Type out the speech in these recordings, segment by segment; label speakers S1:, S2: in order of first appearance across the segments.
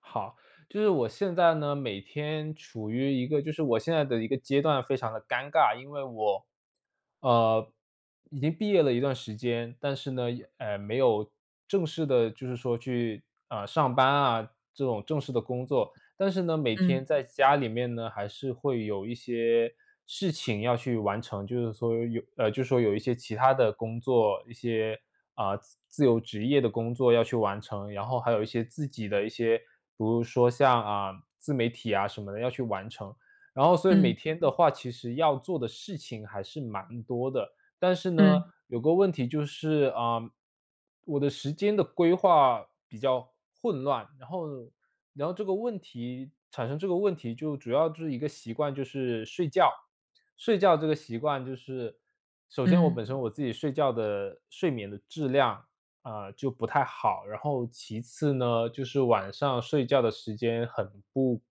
S1: 好，就是我现在呢，每天处于一个就是我现在的一个阶段非常的尴尬，因为我，呃，已经毕业了一段时间，但是呢，也没有正式的，就是说去啊、上班啊这种正式的工作，但是呢，每天
S2: 嗯
S1: 在家里面呢，还是会有一些事情要去完成，就是说有一些其他的工作，一些啊、自由职业的工作要去完成，然后还有一些自己的一些，比如说像啊、自媒体啊什么的要去完成。然后，所以每
S2: 嗯
S1: 天的话，其实要做的事情还是蛮多的。但是呢，
S2: 嗯
S1: 有个问题就是，啊，我的时间的规划比较混乱，然后这个问题就主要就是一个习惯，就是睡觉。睡觉这个习惯就是，首先我
S2: 嗯，
S1: 本身我自己睡觉的睡眠的质量，啊，就不太好，然后其次呢，就是晚上睡觉的时间很不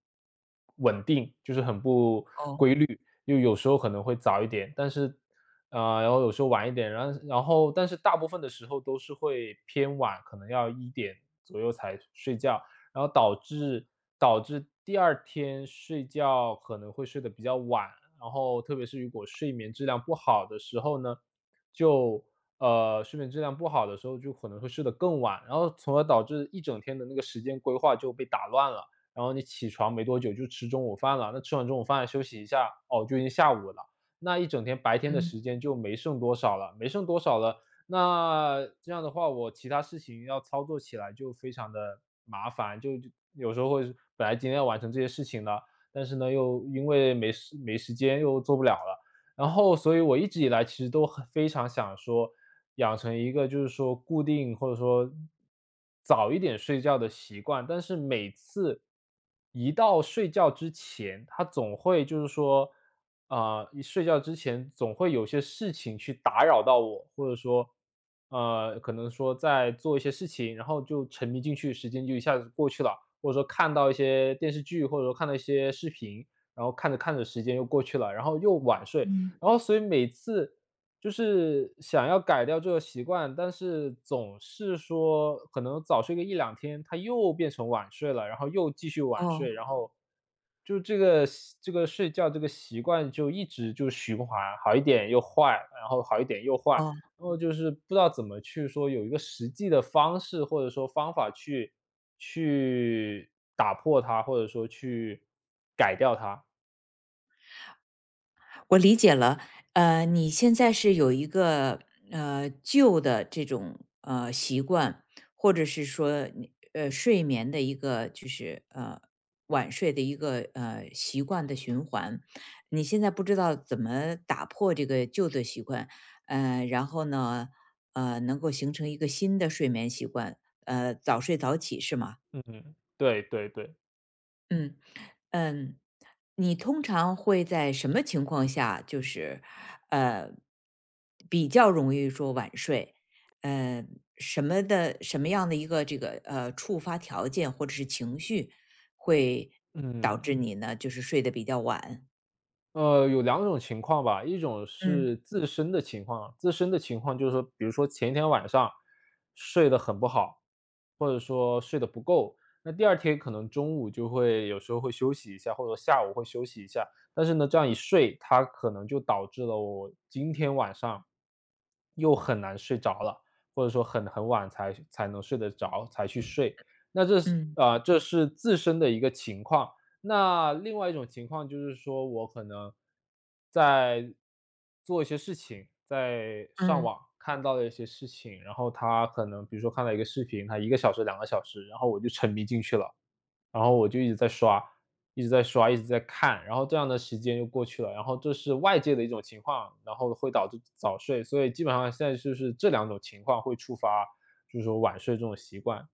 S1: 稳定，就是很不
S2: 哦。
S1: 又有时候可能会早一点，但是然后有时候晚一点，然后但是大部分的时候都是会偏晚，可能要一点左右才睡觉，然后导致第二天睡觉可能会睡得比较晚，然后特别是如果睡眠质量不好的时候呢，就睡眠质量不好的时候就可能会睡得更晚，然后从而导致一整天的那个时间规划就被打乱了。然后你起床没多久就吃中午饭了，那吃完中午饭休息一下，哦，就已经下午了。那一整天白天的
S2: 嗯
S1: 时间就没剩多少了，没剩多少了，那这样的话，我其他事情要操作起来就非常的麻烦，就有时候会本来今天要完成这些事情了，但是呢，又因为没时间又做不了了。然后所以我一直以来其实都很非常想说，养成一个就是说固定或者说早一点睡觉的习惯，但是每次一到睡觉之前，他总会就是说，啊、一睡觉之前总会有些事情去打扰到我，或者说，呃，可能说在做一些事情，然后就沉迷进去，时间就一下子过去了，或者说看到一些电视剧，或者说看到一些视频，然后看着看着时间又过去了，然后又晚睡，
S2: 嗯。
S1: 然后所以每次就是想要改掉这个习惯，但是总是说可能早睡个一两天，他又变成晚睡了，然后又继续晚
S2: 哦
S1: 睡，然后就这个习这个睡觉这个习惯就一直就循环，好一点又坏，然后好一点又坏。
S2: 哦，
S1: 然后就是不知道怎么去说有一个实际的方式，或者说方法去打破它，或者说去改掉它。
S2: 我理解了。你现在是有一个旧的这种习惯，或者是说你睡眠的一个晚睡的一个习惯的循环。你现在不知道怎么打破这个旧的习惯，然后呢，能够形成一个新的睡眠习惯，早睡早起是吗？
S1: 嗯，对对对。
S2: 嗯。嗯，你通常会在什么情况下，就是，呃，比较容易说晚睡？呃，什么样的一个这个触发条件或者是情绪，会导致
S1: 嗯。
S2: 你呢，就是睡得比较晚？
S1: 呃，有两种情况吧，一种是
S2: 嗯
S1: 自身的情况，自身的情况就是说，比如说前一天晚上睡得很不好，或者说睡得不够，那第二天可能中午就会有时候会休息一下，或者下午会休息一下，但是呢，这样一睡，它可能就导致了我今天晚上又很难睡着了，或者说很很晚才能睡得着，才去睡。那这是
S2: 嗯
S1: 啊，呃这是自身的一个情况，那另外一种情况就是说，我可能在做一些事情，在上
S2: 嗯，
S1: 网看到了一些事情，然后他可能比如说看到一个视频，他一个小时、两个小时，然后我就沉迷进去了，然后我就一直在刷，一直在刷，一直在看，然后这样的时间就过去了，然后这是外界的一种情况，然后会导致早睡，所以基本上现在就是这两种情况会触发，就是说晚睡这种习惯，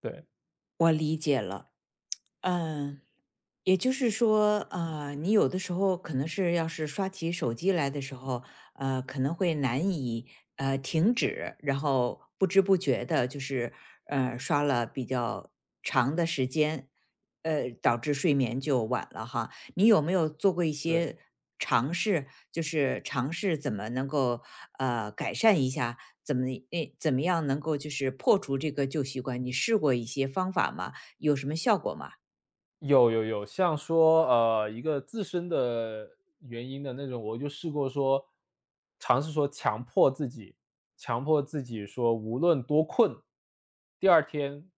S1: 对，
S2: 我理解了。嗯，也就是说，你有的时候可能是要是刷起手机来的时候，呃，可能会难以停止，然后不知不觉的，就是刷了比较长的时间，导致睡眠就晚了哈。你有没有做过一些
S1: 对。
S2: 尝试，就是尝试怎么能够改善一下，怎么诶怎么样能够就是破除这个旧习惯？你试过一些方法吗？有什么效果吗？
S1: 有有有，像说，呃，一个自身的原因的那种，我就试过说，尝试说强迫自己，强迫自己说无论多困，第二天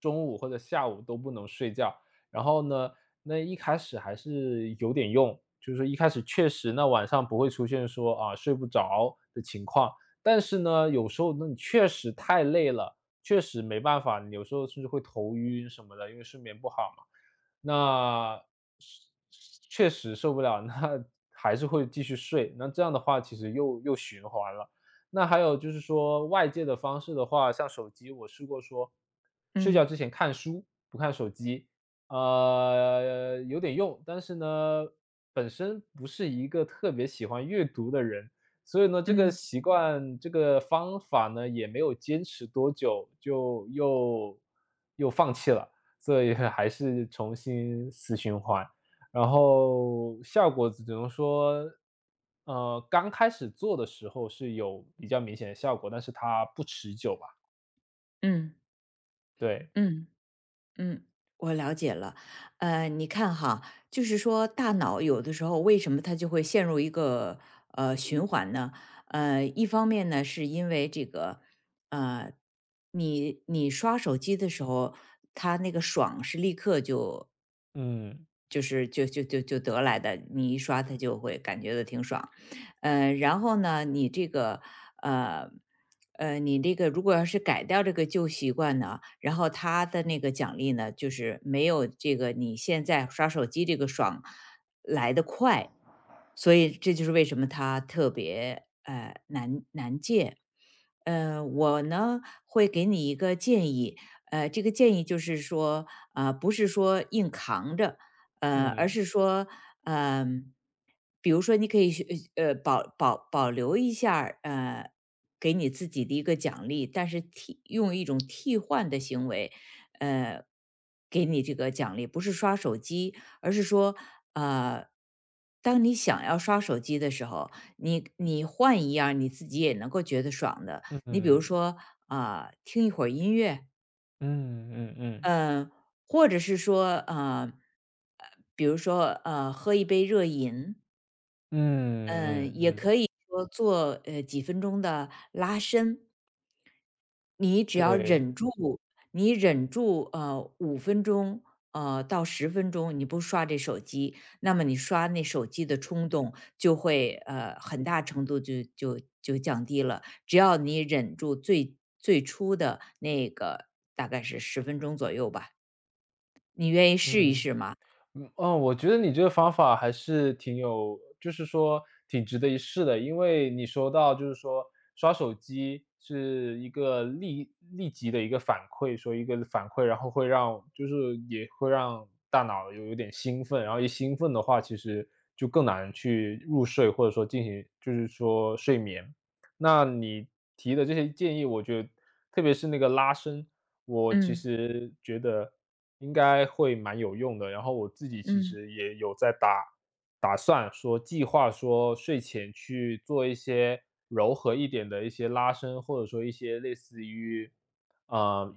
S1: 中午或者下午都不能睡觉。然后呢，那一开始还是有点用，就是说一开始确实那晚上不会出现说，啊，睡不着的情况。但是呢，有时候那你确实太累了，确实没办法，你有时候甚至会头晕什么的，因为睡眠不好嘛。那确实受不了，那还是会继续睡，那这样的话其实又循环了。那还有就是说外界的方式的话，像手机，我试过说睡觉
S2: 嗯
S1: 之前看书，不看手机，呃，有点用，但是呢，本身不是一个特别喜欢阅读的人，所以呢，这个
S2: 嗯
S1: 习惯这个方法呢，也没有坚持多久，就又放弃了。所以还是重新死循环。然后效果只能说，呃，刚开始做的时候是有比较明显的效果，但是它不持久吧。
S2: 嗯
S1: 对，
S2: 嗯嗯，我了解了，你看哈，就是说大脑有的时候为什么它就会陷入一个循环呢？呃，一方面呢，是因为这个呃，你刷手机的时候，它那个爽是立刻就
S1: 嗯，
S2: 得来的，你一刷它就会感觉的挺爽。然后呢，你这个呃你这个如果要是改掉这个旧习惯呢，然后他的那个奖励呢，就是没有这个你现在刷手机这个爽来得快，所以这就是为什么他特别难戒。我呢会给你一个建议，这个建议就是说，啊、不是说硬扛着，而
S1: 嗯，
S2: 是说，嗯、比如说你可以学保留一下儿给你自己的一个奖励，但是替用一种替换的行为，呃，给你这个奖励，不是刷手机，而是说，呃，当你想要刷手机的时候，你换一样儿你自己也能够觉得爽的，
S1: 嗯，
S2: 你比如
S1: 嗯，
S2: 说啊、听一会儿音乐，
S1: 嗯，嗯，嗯，
S2: 呃，或者是说，比如说，喝一杯热饮，
S1: 嗯，
S2: 嗯，
S1: 嗯
S2: 也
S1: 嗯，
S2: 可以说做几分钟的拉伸。你只要
S1: 对，
S2: 忍住，你忍住，呃，五分钟，到十分钟，你不刷这手机，那么你刷那手机的冲动就会，很大程度就降低了。只要你忍住最初的那个大概是十分钟左右吧。你愿意试一
S1: 嗯。
S2: 试吗？
S1: 嗯，哦，我觉得你这个方法还是挺有就是说挺值得一试的。因为你说到就是说刷手机是一个立即的一个反馈，说一个反馈，然后会让就是也会让大脑有有点兴奋，然后一兴奋的话，其实就更难去入睡，或者说进行就是说睡眠。那你提的这些建议，我觉得特别是那个拉伸，我其
S2: 嗯，
S1: 实觉得应该会蛮有用的。然后我自己其
S2: 嗯，
S1: 实也有在打算说计划说睡前去做一些柔和一点的一些拉伸，或者说一些类似于，啊。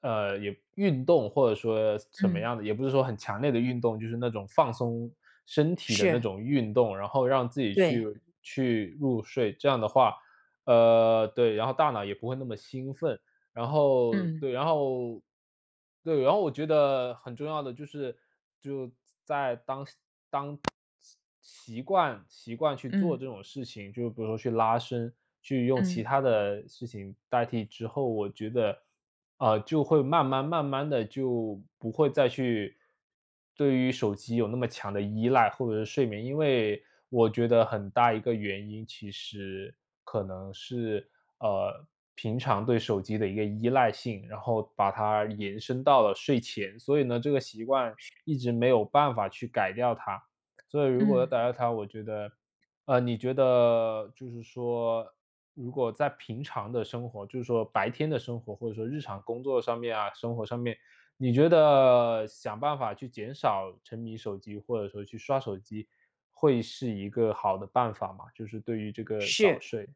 S1: 呃，也运动或者说什么
S2: 嗯。
S1: 样的，也不是说很强烈的运动，就是那种放松身体的那
S2: 是，
S1: 种运动，然后让自己
S2: 对。
S1: 去入睡。这样的话，呃，对，然后大脑也不会那么兴奋。然后
S2: 嗯，
S1: 对，然后对，然后我觉得很重要的就是就在当习惯去做
S2: 嗯，
S1: 这种事情，就比如说去拉伸，去用其
S2: 嗯，
S1: 他的事情代替之后，我觉得，呃，就会慢慢慢慢的就不会再去对于手机有那么强的依赖，或者是睡眠。因为我觉得很大一个原因，其实可能是，呃，平常对手机的一个依赖性，然后把它延伸到了睡前。所以呢，这个习惯一直没有办法去改掉它。所以如果要
S2: 嗯。
S1: 打压他，我觉得，呃，你觉得就是说，如果在平常的生活，就是说白天的生活，或者说日常工作上面啊，生活上面，你觉得想办法去减少沉迷手机，或者说去刷手机，会是一个好的办法吗？就是对于这个早
S2: 是。
S1: 睡，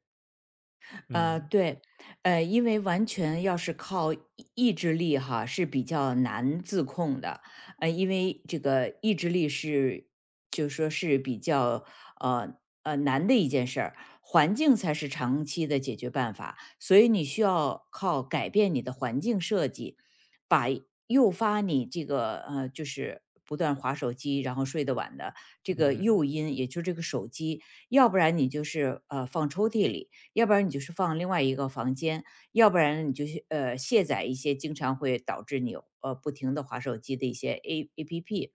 S2: 呃，
S1: 嗯。
S2: 对，因为完全要是靠意志力哈，是比较难自控的，因为这个意志力是就说是比较呃难的一件事儿，环境才是长期的解决办法，所以你需要靠改变你的环境设计，把诱发你这个就是不断划手机，然后睡得晚的这个
S1: 嗯
S2: 诱因，也就是这个手机，要不然你就是放抽屉里。要不然你就是放另外一个房间，要不然你就去卸载一些经常会导致你不停的划手机的一些 AAPP。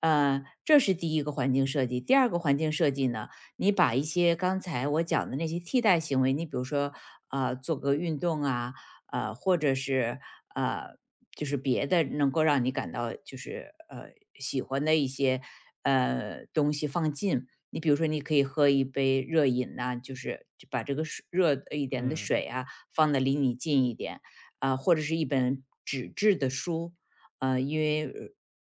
S2: 这是第一个环境设计。第二个环境设计呢，你把一些刚才我讲的那些替代行为，你比如说，做个运动啊，或者是呃，就是别的能够让你感到就是喜欢的一些东西放进。你比如说，你可以喝一杯热饮呐、就把这个水热一点的
S1: 嗯，
S2: 水啊放得离你近一点啊、或者是一本纸质的书，啊，因为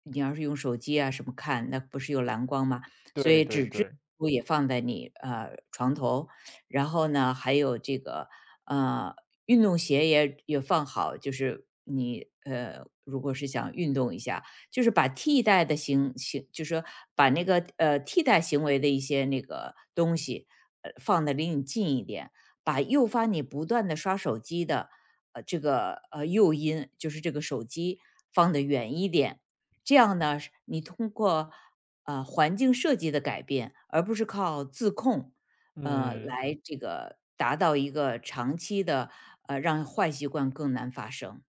S2: 你要是用手机啊什么看，那不是有蓝光吗？所
S1: 对
S2: 以
S1: 对
S2: 纸质
S1: 对。
S2: 书也放在你床头，然后呢，还有这个呃运动鞋也放好，就是你如果是想运动一下，就是把替代的，就是说把那个替代行为的一些那个东西放的离你近一点，把诱发你不断的刷手机的诱因，就是这个手机放得远一点。这样呢，你通过环境设计的改变，而不是靠自控，
S1: 嗯。
S2: 来这个达到一个长期的让坏习惯更难发生。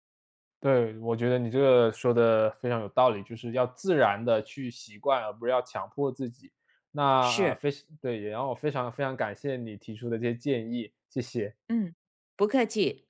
S1: 对，我觉得你这个说的非常有道理，就是要自然的去习惯，而不是要强迫自己。那，啊，呃
S2: 是，
S1: 非对，也让我非常非常感谢你提出的这些建议，谢谢。
S2: 嗯，不客气。